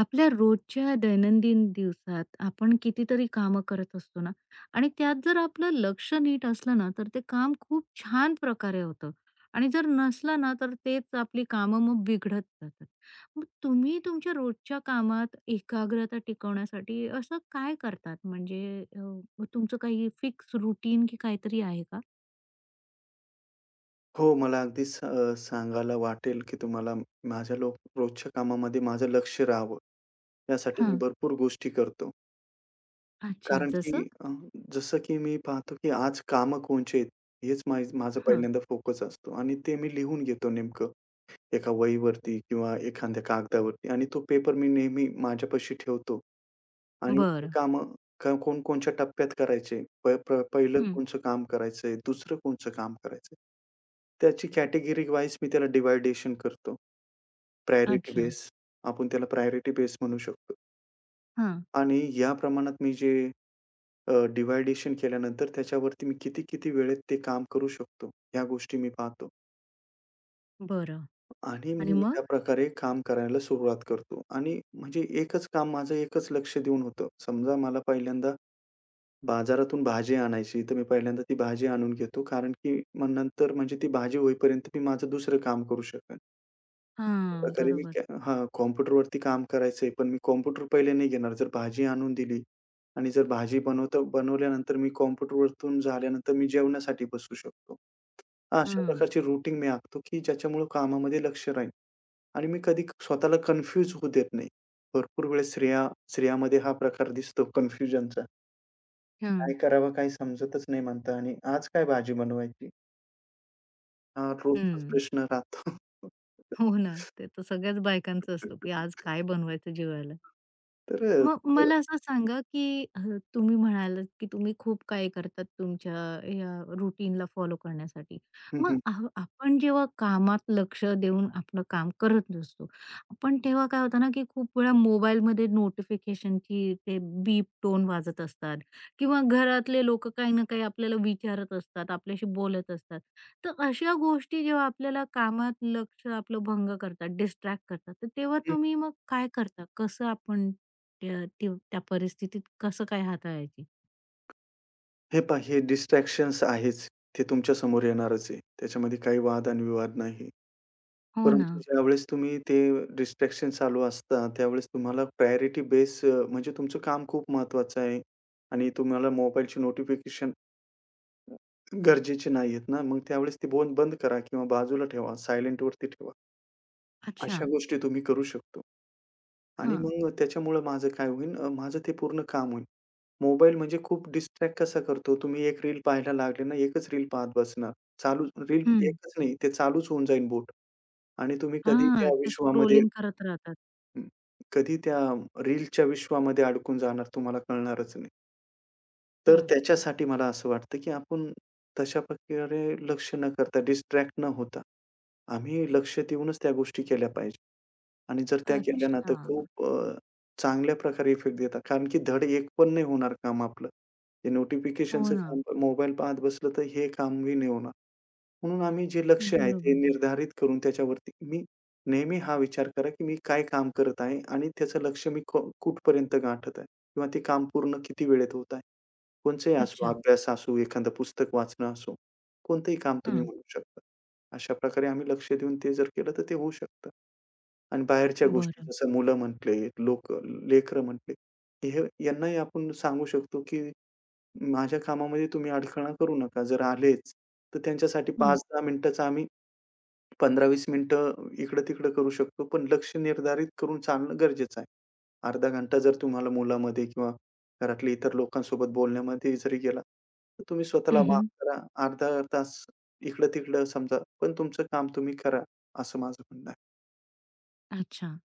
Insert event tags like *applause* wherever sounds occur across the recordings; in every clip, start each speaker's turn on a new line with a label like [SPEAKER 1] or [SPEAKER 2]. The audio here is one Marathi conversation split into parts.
[SPEAKER 1] आपल्या रोजच्या दैनंदिन दिवसात आपण कितीतरी कामं करत असतो ना. आणि त्यात जर आपलं लक्ष नीट असलं ना, तर ते काम खूप छान प्रकारे होतं. आणि जर नसलं ना, तर तेच आपली कामं मग बिघडत जातात. मग तुम्ही तुमच्या रोजच्या कामात एकाग्रता टिकवण्यासाठी असं काय करतात? म्हणजे मग तुमचं काही फिक्स रुटीन की काहीतरी आहे का?
[SPEAKER 2] हो, मला अगदीच सांगायला वाटेल, की तुम्हाला माझ्या लो रोजच्या कामामध्ये माझं लक्ष राहावं, यासाठी
[SPEAKER 1] हां.
[SPEAKER 2] मी भरपूर गोष्टी करतो.
[SPEAKER 1] अच्छा
[SPEAKER 2] कारण की
[SPEAKER 1] जसं.
[SPEAKER 2] जसं की मी पाहतो, की आज कामं कोणचे आहेत, हेच माझा
[SPEAKER 1] हां.
[SPEAKER 2] पहिल्यांदा फोकस असतो आणि ते मी लिहून घेतो नेमकं. एका वहीवरती किंवा एखाद्या कागदावरती आणि तो पेपर मी नेहमी माझ्यापाशी ठेवतो. आणि ते
[SPEAKER 1] बरं.
[SPEAKER 2] कामं कोणकोणच्या टप्प्यात करायचे. प प पहिलं
[SPEAKER 1] हं.
[SPEAKER 2] कोणचं काम करायचंय, दुसरं कोणचं काम करायचंय. त्याची कॅटेगरी वाईज मी त्याला डिव्हायडेशन करतो. प्रायोरिटी
[SPEAKER 1] अच्छा.
[SPEAKER 2] बेस आपण त्याला प्रायोरिटी बेस म्हणू शकतो.
[SPEAKER 1] हां.
[SPEAKER 2] आणि या प्रमाणात मी जे अ, केल्यानंतर त्याच्यावरती मी किती-किती वेळेत ते काम करू शकतो, ह्या गोष्टी मी पाहतो.
[SPEAKER 1] बरं.
[SPEAKER 2] आणि मग
[SPEAKER 1] आणि
[SPEAKER 2] मी
[SPEAKER 1] मग.
[SPEAKER 2] त्याप्रकारे काम करायला सुरुवात करतो आणि म्हणजे एकच काम माझं एकच लक्ष देऊन होतं. समजा मला पहिल्यांदा बाजारातून भाजी आणायची, तर मी पहिल्यांदा ती भाजी आणून घेतो. कारण की मग नंतर म्हणजे ती भाजी होईपर्यंत मी माझं दुसरं काम करू शकेन.
[SPEAKER 1] हां
[SPEAKER 2] त्याप्रकारे मी
[SPEAKER 1] बरोबर.
[SPEAKER 2] हां, कॉम्प्युटरवरती काम करायचंय, पण मी कॉम्प्युटर पहिले नाही घेणार. जर भाजी आणून दिली आणि जर भाजी बनवता बनवल्यानंतर मी कॉम्प्युटरवरतून झाल्यानंतर मी जेवणासाठी बसू शकतो. हा, अशा
[SPEAKER 1] हां,
[SPEAKER 2] प्रकारची रूटीन मी आखतो, की ज्याच्यामुळं कामामध्ये लक्ष राहील. आणि मी कधी स्वतःला कन्फ्यूज होऊ देत नाही. भरपूर वेळेस स्त्रियामध्ये हा प्रकार दिसतो कन्फ्युजनचा.
[SPEAKER 1] हां.
[SPEAKER 2] काय करावं काही समजतच नाही म्हणता आणि आज काय भाजी बनवायची? हा रोजचाच
[SPEAKER 1] हं.
[SPEAKER 2] प्रश्न राहतो.
[SPEAKER 1] हो ना. ते तर सगळ्याच बायकांचं असतं, की आज
[SPEAKER 2] *laughs*
[SPEAKER 1] काय बनवायचं जेवायला?
[SPEAKER 2] तर अ,
[SPEAKER 1] मग मला असं सांगा, की तुम्ही म्हणालात, की तुम्ही खूप काही करतात तुमच्या या रुटीनला फॉलो करण्यासाठी.
[SPEAKER 2] हं,
[SPEAKER 1] मग
[SPEAKER 2] हं,
[SPEAKER 1] आ आपण जेव्हा कामात लक्ष देऊन आपलं काम करत नसतो, पण तेव्हा काय होतं ना, की खूप वेळा मोबाईलमध्ये नोटिफिकेशनची ते बीप टोन वाजत असतात, किंवा घरातले लोकं काही ना काही आपल्याला विचारत असतात, आपल्याशी बोलत असतात. तर अशा गोष्टी जेव्हा आपल्याला कामात लक्ष आपलं भंग करतात, डिस्ट्रॅक्ट करतात, तर तेव्हा
[SPEAKER 2] हं.
[SPEAKER 1] तुम्ही मग काय करता? कसं आपण त्या परिस्थितीत कसं काय हाताळायची?
[SPEAKER 2] हे पहा हे डिस्ट्रॅक्शन्स आहेच. ते तुमच्या समोर येणारच आहे. त्याच्यामध्ये काही वाद आणि विवाद नाही.
[SPEAKER 1] हो ना.
[SPEAKER 2] परंतु ज्यावेळेस तुम्ही ते डिस्ट्रॅक्शन चालू असतात, त्यावेळेस तुम्हाला प्रायोरिटी बेस म्हणजे तुमचं काम खूप महत्वाचं आहे आणि तुम्हाला मोबाईलची नोटिफिकेशन गरजेचे नाहीयेत ना, मग त्यावेळेस ती बोन बंद करा किंवा बाजूला ठेवा, सायलेंटवरती ठेवा.
[SPEAKER 1] अच्छा.
[SPEAKER 2] अशा गोष्टी तुम्ही करू शकतो आणि
[SPEAKER 1] हां.
[SPEAKER 2] मग त्याच्यामुळं माझं काय होईल माझं ते पूर्ण काम होईल. मोबाईल म्हणजे खूप डिस्ट्रॅक्ट कसा करतो, तुम्ही एक रील पाहायला लागले ना, एकच रील पाहत बसणार. चालू रील
[SPEAKER 1] हं.
[SPEAKER 2] एकच नाही, ते चालूच होऊन जाईल बोट आणि तुम्ही कधी
[SPEAKER 1] हां,
[SPEAKER 2] त्या
[SPEAKER 1] ते
[SPEAKER 2] विश्वामध्ये
[SPEAKER 1] स्क्रोलिंग करत राहतात.
[SPEAKER 2] हं, कधी त्या रीलच्या विश्वामध्ये अडकून जाणार तुम्हाला कळणारच नाही. तर
[SPEAKER 1] हां.
[SPEAKER 2] त्याच्यासाठी मला असं वाटतं, की आपण तशा प्रकारे लक्ष न करता, डिस्ट्रॅक्ट न होता, आम्ही लक्ष देऊनच त्या गोष्टी केल्या पाहिजे. आणि जर त्या केल्या ना, हं.
[SPEAKER 1] अच्छा.
[SPEAKER 2] तर खूप चांगल्या प्रकारे इफेक्ट देतात. कारण की धड एक पण नाही होणार काम आपलं. ते
[SPEAKER 1] हो
[SPEAKER 2] नोटिफिकेशनचं
[SPEAKER 1] ना.
[SPEAKER 2] काम मोबाईल पाहत बसलं, तर हे कामही नाही होणार. म्हणून आम्ही जे लक्ष्य आहे, ते
[SPEAKER 1] बरोबर.
[SPEAKER 2] निर्धारित करून त्याच्यावरती मी नेहमी हा विचार करा, की मी काय काम करत आहे आणि त्याचं लक्ष मी कुठपर्यंत गाठत आहे किंवा ते काम पूर्ण किती वेळेत होत आहे. कोणचंही असो,
[SPEAKER 1] अच्छा.
[SPEAKER 2] अभ्यास असो, एखादं पुस्तक वाचणं असो, कोणतंही काम तुम्ही
[SPEAKER 1] हं.
[SPEAKER 2] म्हणू शकता. अशा प्रकारे आम्ही लक्ष देऊन ते जर केलं, तर ते होऊ शकतं. आणि बाहेरच्या गोष्टी
[SPEAKER 1] बरं.
[SPEAKER 2] जसं मुलं म्हटले, लोकं लेकरं म्हटले, हे यांनाही आपण सांगू शकतो, की माझ्या कामामध्ये तुम्ही अडथळा करू नका. जर आलेच, तर त्यांच्यासाठी
[SPEAKER 1] हं.
[SPEAKER 2] 5-10 मिनिटाचा आम्ही 15-20 मिनिटं इकडं-तिकडं करू शकतो, पण लक्ष निर्धारित करून चालणं गरजेचं आहे. अर्धा घंटा जर तुम्हाला मुलामध्ये किंवा घरातल्या इतर लोकांसोबत बोलण्यामध्ये जरी गेला, तर तुम्ही स्वतःला माफ
[SPEAKER 1] हं,
[SPEAKER 2] करा. अर्धा तास इकडं-तिकडं समजा, पण तुमचं काम तुम्ही करा, असं माझं म्हणणं आहे.
[SPEAKER 1] अच्छा.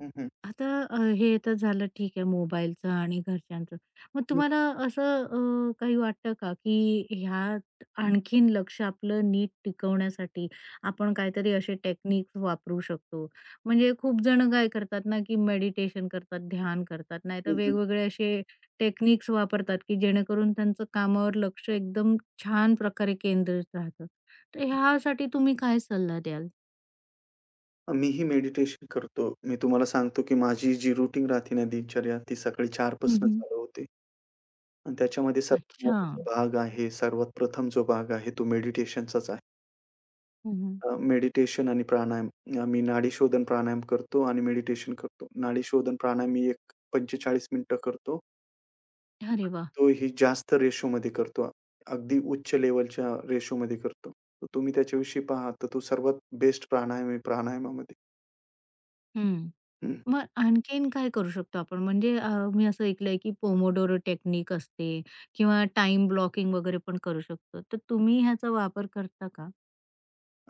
[SPEAKER 2] हं, हं.
[SPEAKER 1] आता हे तर झालं ठीक आहे मोबाईलचं आणि घरच्यांचं. मग
[SPEAKER 2] हं.
[SPEAKER 1] तुम्हाला असं काही वाटतं का, की ह्यात आणखीन लक्ष आपलं नीट टिकवण्यासाठी आपण काहीतरी असे टेक्निक्स वापरू शकतो? म्हणजे खूप जण काय करतात ना, की मेडिटेशन करतात, ध्यान करतात, नाहीतर
[SPEAKER 2] हं, हं.
[SPEAKER 1] वेगवेगळे असे टेक्निक्स वापरतात, की जेणेकरून त्यांचं कामावर लक्ष एकदम छान प्रकारे केंद्रित राहतं. तर ह्यासाठी तुम्ही काय सल्ला द्याल?
[SPEAKER 2] मीही मेडिटेशन करतो. मी तुम्हाला सांगतो, की माझी जी रुटीन राहते ना दिनचर्या, ती सकाळी 4 पासून
[SPEAKER 1] हं,
[SPEAKER 2] चालू होते आणि त्याच्यामध्ये सर्वात
[SPEAKER 1] अच्छा.
[SPEAKER 2] महत्त्वाचा भाग आहे, सर्वात प्रथम जो भाग आहे, तो मेडिटेशनचाच आहे.
[SPEAKER 1] हं,
[SPEAKER 2] मेडिटेशन आणि प्राणायाम. मी नाडीशोधन प्राणायाम करतो आणि मेडिटेशन करतो. नाडीशोधन प्राणायाम मी एक 45 मिनिटं करतो.
[SPEAKER 1] अरे वाह!
[SPEAKER 2] तो ही जास्त रेशोमध्ये करतो. अगदी उच्च लेव्हलच्या रेशोमध्ये करतो. तर तुम्ही त्याच्याविषयी पहा, तर तो सर्वात बेस्ट प्राणायाम आहे प्राणायामामध्ये.
[SPEAKER 1] हं.
[SPEAKER 2] हं, हं.
[SPEAKER 1] मग आणखीन काय करू शकतो आपण? म्हणजे मी असं ऐकलंय, की पोमोडोरो टेक्निक असते किंवा टाईम ब्लॉकिंग वगैरे पण करू शकतो. तर तुम्ही ह्याचा वापर करता का?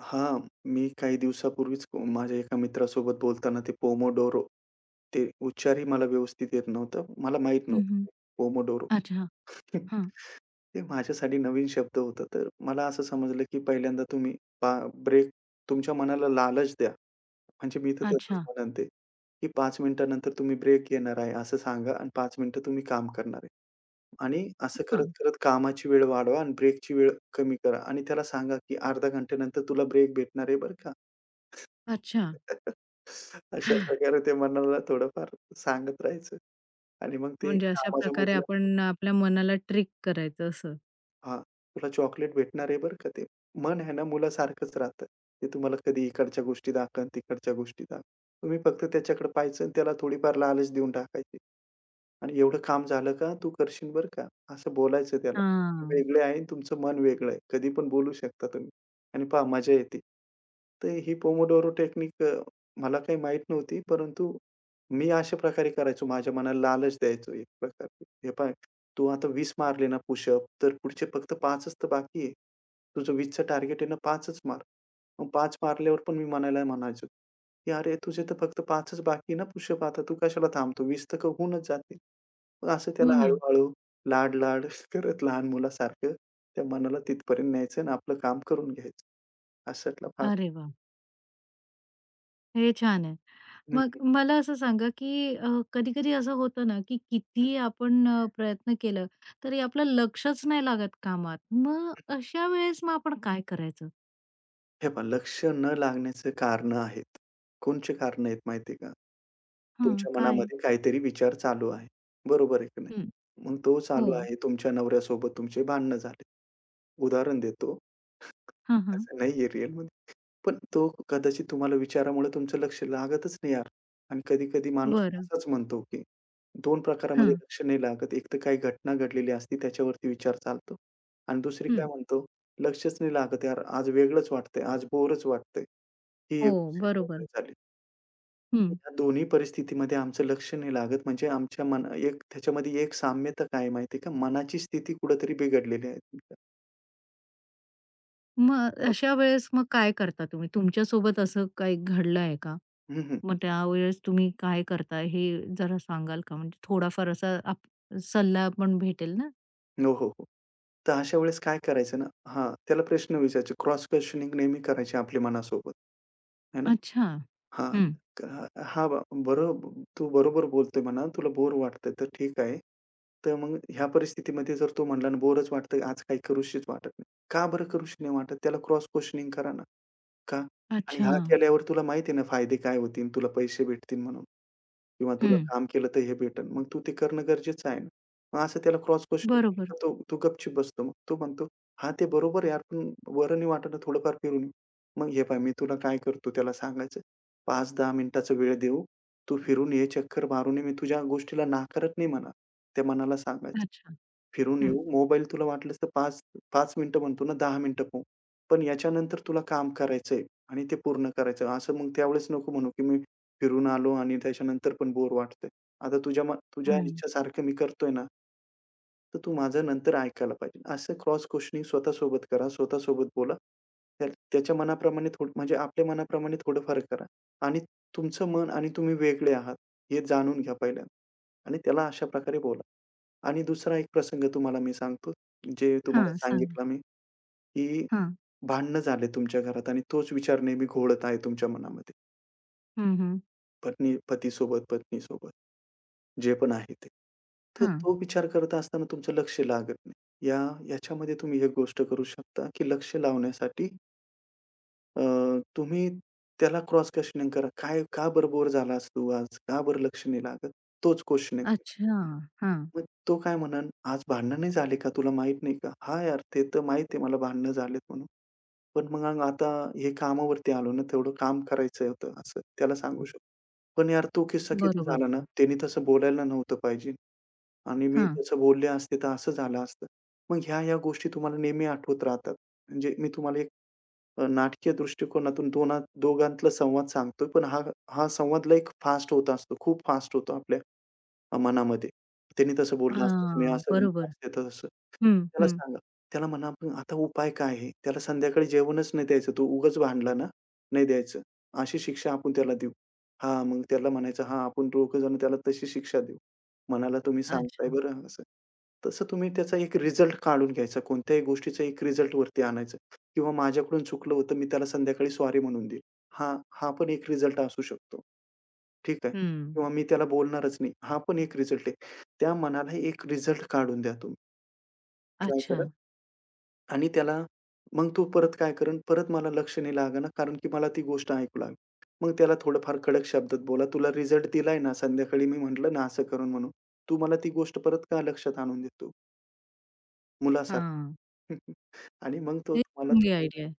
[SPEAKER 2] हां, मी काही दिवसापूर्वीच माझ्या एका मित्रासोबत बोलताना ते पोमोडोरो ते उच्चारही मला व्यवस्थित येत नव्हतं. मला माहीत
[SPEAKER 1] हं, हं.
[SPEAKER 2] नव्हतं पोमोडोरो.
[SPEAKER 1] अच्छा. हां.
[SPEAKER 2] ते माझ्यासाठी नवीन शब्द होता. तर मला असं समजलं, की पहिल्यांदा तुम्ही पा ब्रेक तुमच्या मनाला लालच द्या. म्हणजे मी तर तसंच
[SPEAKER 1] अच्छा.
[SPEAKER 2] म्हणेन ते, की 5 मिनिटानंतर तुम्ही ब्रेक घेणार आहे असं सांगा आणि 5 मिनिटं तुम्ही काम करणार आहे. आणि असं
[SPEAKER 1] हां.
[SPEAKER 2] करत-करत कामाची वेळ वाढवा आणि ब्रेकची वेळ कमी करा आणि त्याला सांगा, की अर्ध्या घंट्यानंतर तुला ब्रेक भेटणार आहे बरं का.
[SPEAKER 1] अच्छा.
[SPEAKER 2] *laughs* अशा प्रकारे ते मनाला थोडंफार सांगत राहायचं आणि मग ते
[SPEAKER 1] म्हणजे अशा
[SPEAKER 2] कामाच्या
[SPEAKER 1] प्रकारे
[SPEAKER 2] मध्ये
[SPEAKER 1] आपण आपल्या मनाला ट्रिक करायचं असं.
[SPEAKER 2] हां, तुला चॉकलेट भेटणार आहे बरं का ते. मन आहे ना मुलासारखंच राहतं. ते तुम्हाला कधी इकडच्या गोष्टी दाखवण, तिकडच्या गोष्टी दाखवण. तुम्ही फक्त त्याच्याकडे पाहायचं आणि त्याला थोडीफार लालच देऊन टाकायची. आणि एवढं काम झालं का तू करशील बरं का, असं बोलायचं त्याला.
[SPEAKER 1] हां.
[SPEAKER 2] तुम्ही वेगळे आहे आणि तुमचं मन वेगळं आहे. कधी पण बोलू शकता तुम्ही आणि पहा मजा येते. तर ही पोमोडोरो टेक्निक मला काही माहीत नव्हती, परंतु मी अशा प्रकारे करायचो. माझ्या मनाला लालच द्यायचो एक प्रकारची. "हे पाह्य, तू आता 20 मारले ना पुशअप, तर पुढचे फक्त 5च तर बाकी आहे. तुझं 20चं टार्गेट आहे ना 5च मार." मग 5 मारल्यावर पण मी मनाला म्हणायचो, की "अरे, तुझे तर फक्त 5च बाकी आहे ना पुशअप आता. तू कशाला थांबतो? 20 तर होऊनच जातील." मग असं
[SPEAKER 1] हो
[SPEAKER 2] त्याला
[SPEAKER 1] ना.
[SPEAKER 2] हळू-हळू, लाड-लाड *laughs* करत लहान मुलासारखं त्या मनाला तिथपर्यंत न्यायचं आणि आपलं काम करून घ्यायचं अशातला भाग.
[SPEAKER 1] अरे वाह! हे छान आहे.
[SPEAKER 2] हं,
[SPEAKER 1] मग
[SPEAKER 2] हं,
[SPEAKER 1] मला असं सांगा, की कधी-कधी असं होतं ना, की
[SPEAKER 2] हं,
[SPEAKER 1] कितीही आपण प्रयत्न केलं, तरी आपलं लक्षच नाही लागत कामात. मग
[SPEAKER 2] हं.
[SPEAKER 1] अशा वेळेस मग आपण काय करायचं?
[SPEAKER 2] हे पहा लक्ष न लागण्याचे कारणं आहेत. कोणची कारणं आहेत माहिती का?
[SPEAKER 1] हां,
[SPEAKER 2] तुमच्या
[SPEAKER 1] काय?
[SPEAKER 2] मनामध्ये काहीतरी विचार चालू आहे. बरोबर आहे की नाही?
[SPEAKER 1] हं.
[SPEAKER 2] मग तो चालू
[SPEAKER 1] हो.
[SPEAKER 2] आहे तुमच्या नवऱ्यासोबत तुमचे भांडणं झाले. उदाहरण देतो.
[SPEAKER 1] हां, हां.
[SPEAKER 2] असं नाहीये रिअलमध्ये. पण तो कदाचित तुम्हाला विचारामुळे तुमचं लक्ष लागतच नाही यार. आणि कधी-कधी माणूस
[SPEAKER 1] बरं.
[SPEAKER 2] असाच म्हणतो, की 2 प्रकारामध्ये
[SPEAKER 1] हां.
[SPEAKER 2] लक्ष नाही लागत. एक तर काही घटना घडलेली असते त्याच्यावरती विचार चालतो आणि दुसरी काय
[SPEAKER 1] हं.
[SPEAKER 2] म्हणतो, लक्षच नाही लागत यार, आज वेगळंच वाटतंय, आज बोरच वाटतंय. ही
[SPEAKER 1] हो,
[SPEAKER 2] एक दुसरी
[SPEAKER 1] बरोबर.
[SPEAKER 2] पद्धत झाली.
[SPEAKER 1] हं.
[SPEAKER 2] या दोन्ही परिस्थितीमध्ये आमचं लक्ष नाही लागत म्हणजे आमच्या मन एक त्याच्यामध्ये एक साम्यता काय माहिती का? मनाची स्थिती कुठेतरी बिघडलेली आहे.
[SPEAKER 1] मग अशा वेळेस मग काय करता तुम्ही? तुमच्यासोबत असं काही घडलं आहे का?
[SPEAKER 2] हं, हं.
[SPEAKER 1] मग त्यावेळेस तुम्ही काय करता, हे जरा सांगाल का? म्हणजे थोडाफार असा सल्ला पण भेटेल ना?
[SPEAKER 2] हो, हो, हो. तर अशा वेळेस काय करायचं ना हां, त्याला प्रश्न विचारायचे. क्रॉस क्वेशनिंग नेहमी करायची आपल्या मनासोबत. आहे ना?
[SPEAKER 1] अच्छा.
[SPEAKER 2] हां, क हां, ब तू बरोबर बोलतोय म्हणा, तुला बोर वाटतंय तर ठीक आहे. तर मग ह्या परिस्थितीमध्ये जर तो म्हणला ना, बोरच वाटतंय, आज काही करूशीच वाटत नाही. का बरं करूशी नाही वाटत? त्याला क्रॉस क्वेशनिंग करा ना. का? आणि
[SPEAKER 1] अच्छा.
[SPEAKER 2] हा केल्यावर तुला माहिती आहे ना फायदे काय होतील, तुला पैसे भेटतील म्हणून. किंवा तुला
[SPEAKER 1] हं.
[SPEAKER 2] काम केलं तर हे भेटेल. मग तू ते करणं गरजेचं आहे ना. मग असं त्याला क्रॉस क्वेश्चनिंग केलं
[SPEAKER 1] बरोबर.
[SPEAKER 2] का तो तो गपचूप बसतो. मग तो म्हणतो, "हां, ते बरोबर आहे यार, पण बरं नाही वाटत ना थोडंफार फिरून येऊ." मग हे पहा मी तुला काय करतो त्याला सांगायचं, 5-10 मिनिटाचा वेळ देऊ. तू फिरून ये, चक्कर मारून ये. मी तुझ्या गोष्टीला नाकारत नाही म्हणा. त्या मनाला सांगायचं.
[SPEAKER 1] अच्छा.
[SPEAKER 2] फिरून
[SPEAKER 1] हं,
[SPEAKER 2] येऊ. मोबाईल तुला वाटलंस तर 5 मिनिटं म्हणतो ना 10 मिनिटं पाहू. पण याच्यानंतर तुला काम करायचंय आणि ते पूर्ण करायचं आहे. असं मग त्यावेळेस नको म्हणू, की मी फिरून आलो आणि त्याच्यानंतर पण बोर वाटतंय. आता तुझ्या
[SPEAKER 1] हं.
[SPEAKER 2] इच्छासारखं मी करतोय ना तर तू माझं नंतर ऐकायला पाहिजे. असं क्रॉस क्वेशनिंग स्वतःसोबत करा, स्वतःसोबत बोला. त्या त्याच्या मनाप्रमाणे थोडं म्हणजे आपल्या मनाप्रमाणे थोडं फरक करा आणि तुमचं मन आणि तुम्ही वेगळे आहात हे जाणून घ्या पहिल्यांदा आणि त्याला अशा प्रकारे बोला. आणि दुसरा एक प्रसंग तुम्हाला मी सांगतो, जे तुम्हाला
[SPEAKER 1] हां, सांगा.
[SPEAKER 2] सांगितलं मी, की
[SPEAKER 1] हां.
[SPEAKER 2] भांडणं झाले तुमच्या घरात आणि तोच विचार नेहमी घोळत आहे तुमच्या मनामध्ये.
[SPEAKER 1] हं, हं.
[SPEAKER 2] पत्नीसोबत, जे पण आहे ते. तर
[SPEAKER 1] हां.
[SPEAKER 2] तो विचार करत असताना तुमचं लक्ष लागत नाही. याच्यामध्ये तुम्ही एक गोष्ट करू शकता, की लक्ष लावण्यासाठी अ, तुम्ही त्याला क्रॉस क्वेशनिंग करा. काय का बरं बोर झालास तू आज? का बरं लक्ष नाही लागत? तोच क्वेशनिंग.
[SPEAKER 1] अच्छा. हां.
[SPEAKER 2] मग तो काय म्हणेल, "आज भांडणं नाही झाले का? तुला माहीत नाही का?" "हां यार, ते तर माहीत आहे मला भांडणं झालेत म्हणून. पण मग अंग आता हे कामावरती आलो ना, तेवढं काम करायचं होतं." असं त्याला सांगू शकतो. पण यार तो किस्सा किती
[SPEAKER 1] बरोबर.
[SPEAKER 2] झाला ना, त्याने तसं बोलायला नव्हतं पाहिजे आणि मी
[SPEAKER 1] हां.
[SPEAKER 2] तसं बोलले असते तर असं झालं असतं. मग ह्या-ह्या गोष्टी तुम्हाला नेहमी आठवत राहतात. म्हणजे मी तुम्हाला एक नाटकीय दृष्टिकोनातून दोना दोघांतला संवाद सांगतोय, पण हा हा संवाद लई फास्ट होत असतो. खूप फास्ट होतो आपल्या मनामध्ये. त्यांनी तसं
[SPEAKER 1] अ,
[SPEAKER 2] बोललं असतं, तर मी असं बोललो
[SPEAKER 1] बरोबर.
[SPEAKER 2] असते तर तसं.
[SPEAKER 1] हं,
[SPEAKER 2] त्याला
[SPEAKER 1] हं.
[SPEAKER 2] सांगा. त्याला म्हणा आपण आता उपाय काय आहे? त्याला संध्याकाळी जेवणच नाही द्यायचं. तो उगाच भांडला ना, नाही द्यायचं. अशी शिक्षा आपण त्याला देऊ. हां, मग त्याला म्हणायचं, "हां, आपण दोघं जण त्याला तशी शिक्षा देऊ. मनाला तुम्ही सांगताय
[SPEAKER 1] अच्छा.
[SPEAKER 2] बरं असं." तसं तुम्ही त्याचा एक रिझल्ट काढून घ्यायचा. कोणत्याही गोष्टीचा एक रिझल्टवरती आणायचं किंवा माझ्याकडून चुकलं होतं, मी त्याला संध्याकाळी सॉरी म्हणून देईल. हां, हा पण एक रिझल्ट असू शकतो. ठीक आहे.
[SPEAKER 1] हं.
[SPEAKER 2] किंवा मी त्याला बोलणारच नाही. हा पण एक रिझल्ट आहे. त्या मनाला एक रिझल्ट काढून द्या तुम्ही. काय
[SPEAKER 1] अच्छा.
[SPEAKER 2] करा आणि त्याला मग तो परत काय करेन, परत मला लक्ष नाही लागणार कारण की मला ती गोष्ट ऐकू लागली. मग त्याला थोडंफार कडक शब्दात बोला, "तुला रिझल्ट दिलाय ना, संध्याकाळी मी म्हटलं ना असं करून म्हणून. तू मला ती गोष्ट परत का लक्षात आणून देतो?" मुलासारखं.
[SPEAKER 1] हां.
[SPEAKER 2] *laughs* आणि मग तो
[SPEAKER 1] हे
[SPEAKER 2] तुम्हाला
[SPEAKER 1] चांगली
[SPEAKER 2] तुमच्या
[SPEAKER 1] आयडिया आहे.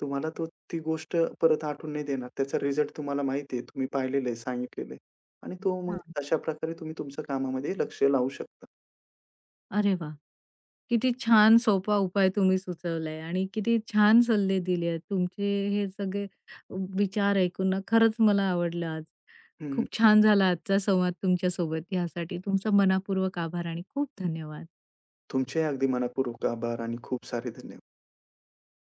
[SPEAKER 2] तुम्हाला तो ती गोष्ट परत आठवून नाही देणार. त्याचा रिझल्ट तुम्हाला माहिती आहे. तुम्ही पाहिलेलं आहे, सांगितलेलं आहे. आणि तो मग
[SPEAKER 1] हां.
[SPEAKER 2] अशा प्रकारे तुम्ही तुमच्या कामामध्ये लक्ष लावू शकता.
[SPEAKER 1] अरे वाह! किती छान सोपा उपाय तुम्ही सुचवलाय आणि किती छान सल्ले दिले आहेत. तुमचे हे सगळे विचार ऐकून ना खरंच मला आवडलं आज.
[SPEAKER 2] हं,
[SPEAKER 1] खूप छान झाला आजचा संवाद तुमच्यासोबत. यासाठी तुमचा मनापूर्वक आभार आणि खूप धन्यवाद.
[SPEAKER 2] तुमचे अगदी मनःपूर्वक आभार आणि खूप सारे धन्यवाद.